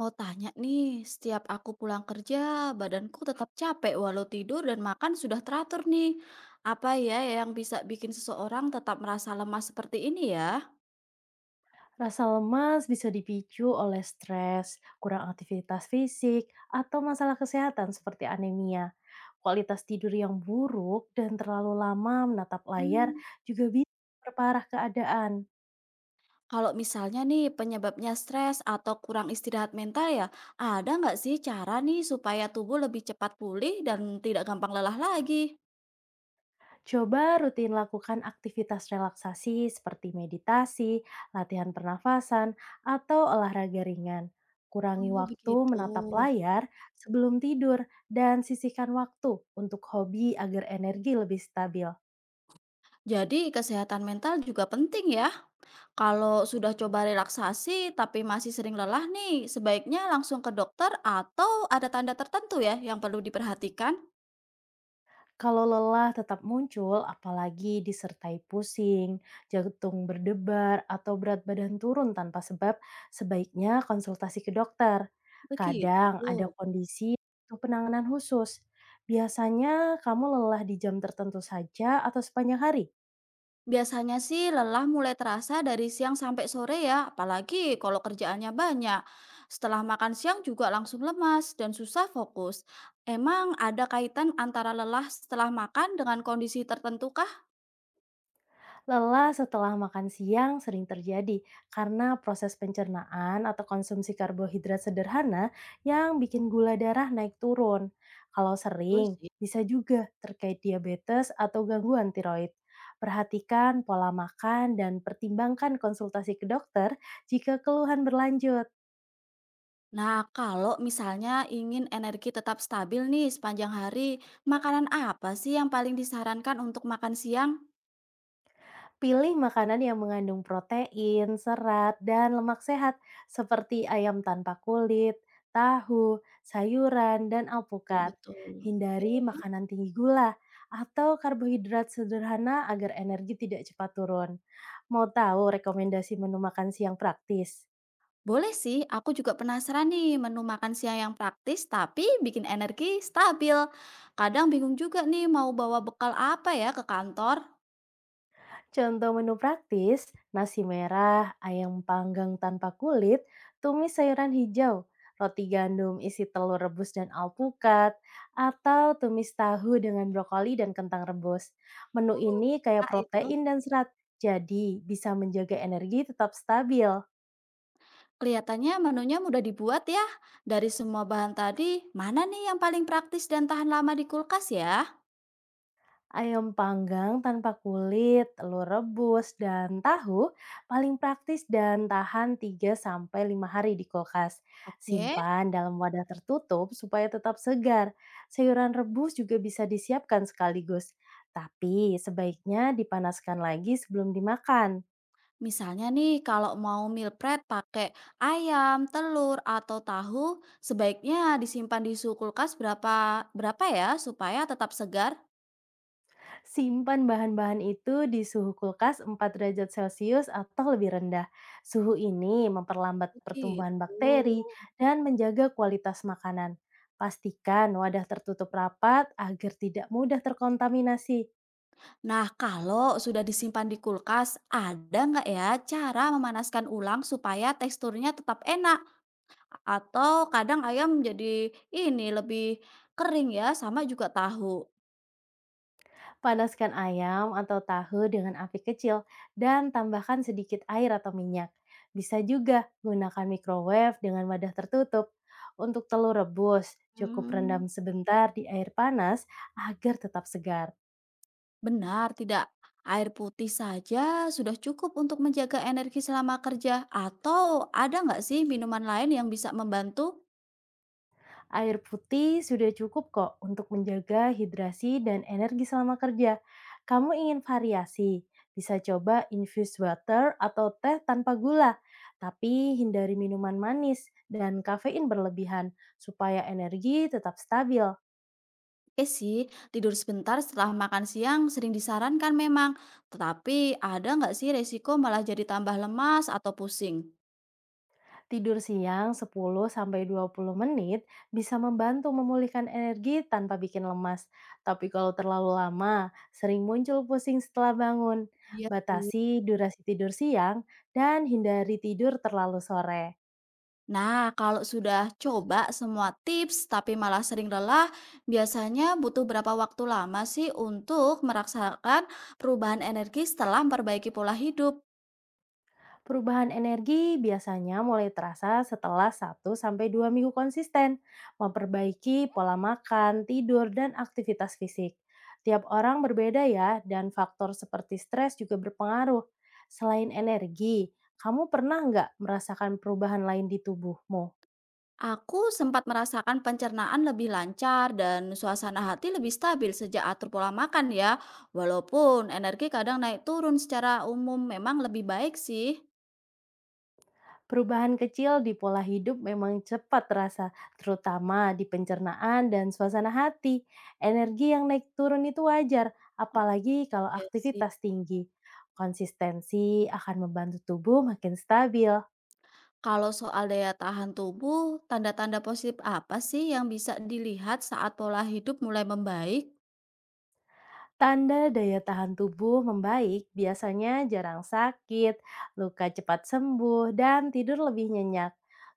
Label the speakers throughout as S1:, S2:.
S1: Mau tanya nih, setiap aku pulang kerja, badanku tetap capek walau tidur dan makan sudah teratur nih. Apa ya yang bisa bikin seseorang tetap merasa lemah seperti ini ya?
S2: Rasa lemas bisa dipicu oleh stres, kurang aktivitas fisik, atau masalah kesehatan seperti anemia. Kualitas tidur yang buruk dan terlalu lama menatap layar
S1: Hmm,
S2: juga bisa memperparah keadaan.
S1: kalau misalnya nih penyebabnya stres atau kurang istirahat mental ya, ada nggak sih cara nih supaya tubuh lebih cepat pulih dan tidak gampang lelah lagi?
S2: Coba rutin lakukan aktivitas relaksasi seperti meditasi, latihan pernafasan, atau olahraga ringan. Kurangi
S1: Oh
S2: waktu
S1: begitu.
S2: menatap layar sebelum tidur dan sisihkan waktu untuk hobi agar energi lebih stabil.
S1: Jadi kesehatan mental juga penting ya? Kalau sudah coba relaksasi tapi masih sering lelah nih, sebaiknya langsung ke dokter atau ada tanda tertentu ya yang perlu diperhatikan?
S2: Kalau lelah tetap muncul, apalagi disertai pusing, jantung berdebar, atau berat badan turun tanpa sebab, sebaiknya konsultasi ke dokter. Kadang ada
S1: Begitu.
S2: kondisi atau penanganan khusus. Biasanya kamu lelah di jam tertentu saja atau sepanjang hari?
S1: Biasanya sih lelah mulai terasa dari siang sampai sore ya, apalagi kalau kerjaannya banyak. Setelah makan siang juga langsung lemas dan susah fokus. Emang ada kaitan antara lelah setelah makan dengan kondisi tertentu kah?
S2: Lelah setelah makan siang sering terjadi karena proses pencernaan atau konsumsi karbohidrat sederhana yang bikin gula darah naik turun. Kalau
S1: Betul
S2: sering,
S1: sih.
S2: bisa juga terkait diabetes atau gangguan tiroid. Perhatikan pola makan dan pertimbangkan konsultasi ke dokter jika keluhan berlanjut.
S1: Nah, kalau misalnya ingin energi tetap stabil nih sepanjang hari, makanan apa sih yang paling disarankan untuk makan siang?
S2: Pilih makanan yang mengandung protein, serat, dan lemak sehat seperti ayam tanpa kulit, tahu, sayuran, dan
S1: Betul,
S2: alpukat.
S1: betul.
S2: Hindari
S1: Oke.
S2: makanan tinggi gula atau karbohidrat sederhana agar energi tidak cepat turun. Mau tahu rekomendasi menu makan siang praktis?
S1: Boleh sih, aku juga penasaran nih menu makan siang yang praktis tapi bikin energi stabil. Kadang bingung juga nih mau bawa bekal apa ya ke kantor.
S2: Contoh menu praktis, nasi merah, ayam panggang tanpa kulit, tumis sayuran hijau, roti gandum isi telur rebus dan alpukat, atau tumis tahu dengan brokoli dan kentang rebus. Menu ini kaya
S1: Nah, itu
S2: protein dan serat, jadi bisa menjaga energi tetap stabil.
S1: kelihatannya menunya mudah dibuat ya. Dari semua bahan tadi, mana nih yang paling praktis dan tahan lama di kulkas ya?
S2: Ayam panggang tanpa kulit, telur rebus, dan tahu paling praktis dan tahan 3 sampai 5 hari di kulkas.
S1: Oke.
S2: Simpan dalam wadah tertutup supaya tetap segar. Sayuran rebus juga bisa disiapkan sekaligus. Tapi sebaiknya dipanaskan lagi sebelum dimakan.
S1: Misalnya nih, kalau mau meal prep pakai ayam, telur, atau tahu, sebaiknya disimpan di suhu kulkas berapa berapa ya supaya tetap segar?
S2: Simpan bahan-bahan itu di suhu kulkas 4 derajat Celcius atau lebih rendah. Suhu ini memperlambat pertumbuhan
S1: Begitu.
S2: bakteri dan menjaga kualitas makanan. Pastikan wadah tertutup rapat agar tidak mudah terkontaminasi.
S1: Nah, kalau sudah disimpan di kulkas, ada nggak ya cara memanaskan ulang supaya teksturnya tetap enak? Atau kadang ayam jadi ini lebih kering ya, sama juga tahu.
S2: Panaskan ayam atau tahu dengan api kecil dan tambahkan sedikit air atau minyak. Bisa juga gunakan microwave dengan wadah tertutup. Untuk telur rebus, cukup
S1: Hmm.
S2: rendam sebentar di air panas agar tetap segar.
S1: Benar, tidak. Air putih saja sudah cukup untuk menjaga energi selama kerja. Atau ada nggak sih minuman lain yang bisa membantu?
S2: Air putih sudah cukup kok untuk menjaga hidrasi dan energi selama kerja. Kamu ingin variasi? Bisa coba infused water atau teh tanpa gula, tapi hindari minuman manis dan kafein berlebihan supaya energi tetap stabil.
S1: Eh sih, tidur sebentar setelah makan siang sering disarankan memang. Tetapi ada nggak sih resiko malah jadi tambah lemas atau pusing?
S2: Tidur siang 10 sampai 20 menit bisa membantu memulihkan energi tanpa bikin lemas. Tapi kalau terlalu lama, sering muncul pusing setelah bangun.
S1: Iya sih.
S2: Batasi durasi tidur siang dan hindari tidur terlalu sore.
S1: Nah, kalau sudah coba semua tips tapi malah sering lelah, biasanya butuh berapa waktu lama sih untuk merasakan perubahan energi setelah memperbaiki pola hidup?
S2: Perubahan energi biasanya mulai terasa setelah satu sampai dua minggu konsisten, memperbaiki pola makan, tidur, dan aktivitas fisik. Tiap orang berbeda ya, dan faktor seperti stres juga berpengaruh. Selain energi, kamu pernah nggak merasakan perubahan lain di tubuhmu?
S1: Aku sempat merasakan pencernaan lebih lancar dan suasana hati lebih stabil sejak atur pola makan ya. Walaupun energi kadang naik turun secara umum memang lebih baik sih.
S2: Perubahan kecil di pola hidup memang cepat terasa, terutama di pencernaan dan suasana hati. Energi yang naik turun itu wajar, apalagi kalau
S1: Oke sih.
S2: aktivitas tinggi. Konsistensi akan membantu tubuh makin stabil.
S1: Kalau soal daya tahan tubuh, tanda-tanda positif apa sih yang bisa dilihat saat pola hidup mulai membaik?
S2: Tanda daya tahan tubuh membaik biasanya jarang sakit, luka cepat sembuh, dan tidur lebih nyenyak.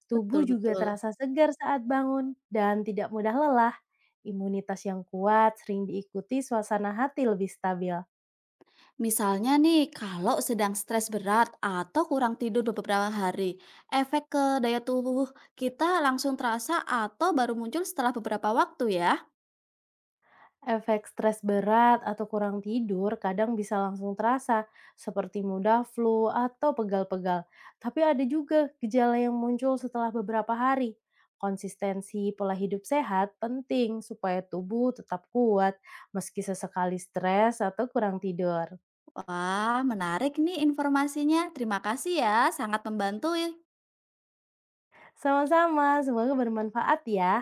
S2: Tubuh juga
S1: Betul-betul.
S2: terasa segar saat bangun dan tidak mudah lelah. Imunitas yang kuat sering diikuti suasana hati lebih stabil.
S1: Misalnya nih, kalau sedang stres berat atau kurang tidur beberapa hari, efek ke daya tubuh kita langsung terasa atau baru muncul setelah beberapa waktu ya.
S2: Efek stres berat atau kurang tidur kadang bisa langsung terasa, seperti mudah flu atau pegal-pegal. Tapi ada juga gejala yang muncul setelah beberapa hari. Konsistensi pola hidup sehat penting supaya tubuh tetap kuat meski sesekali stres atau kurang tidur.
S1: Wah, menarik nih informasinya. Terima kasih ya, sangat membantu ya.
S2: Sama-sama, semoga bermanfaat ya.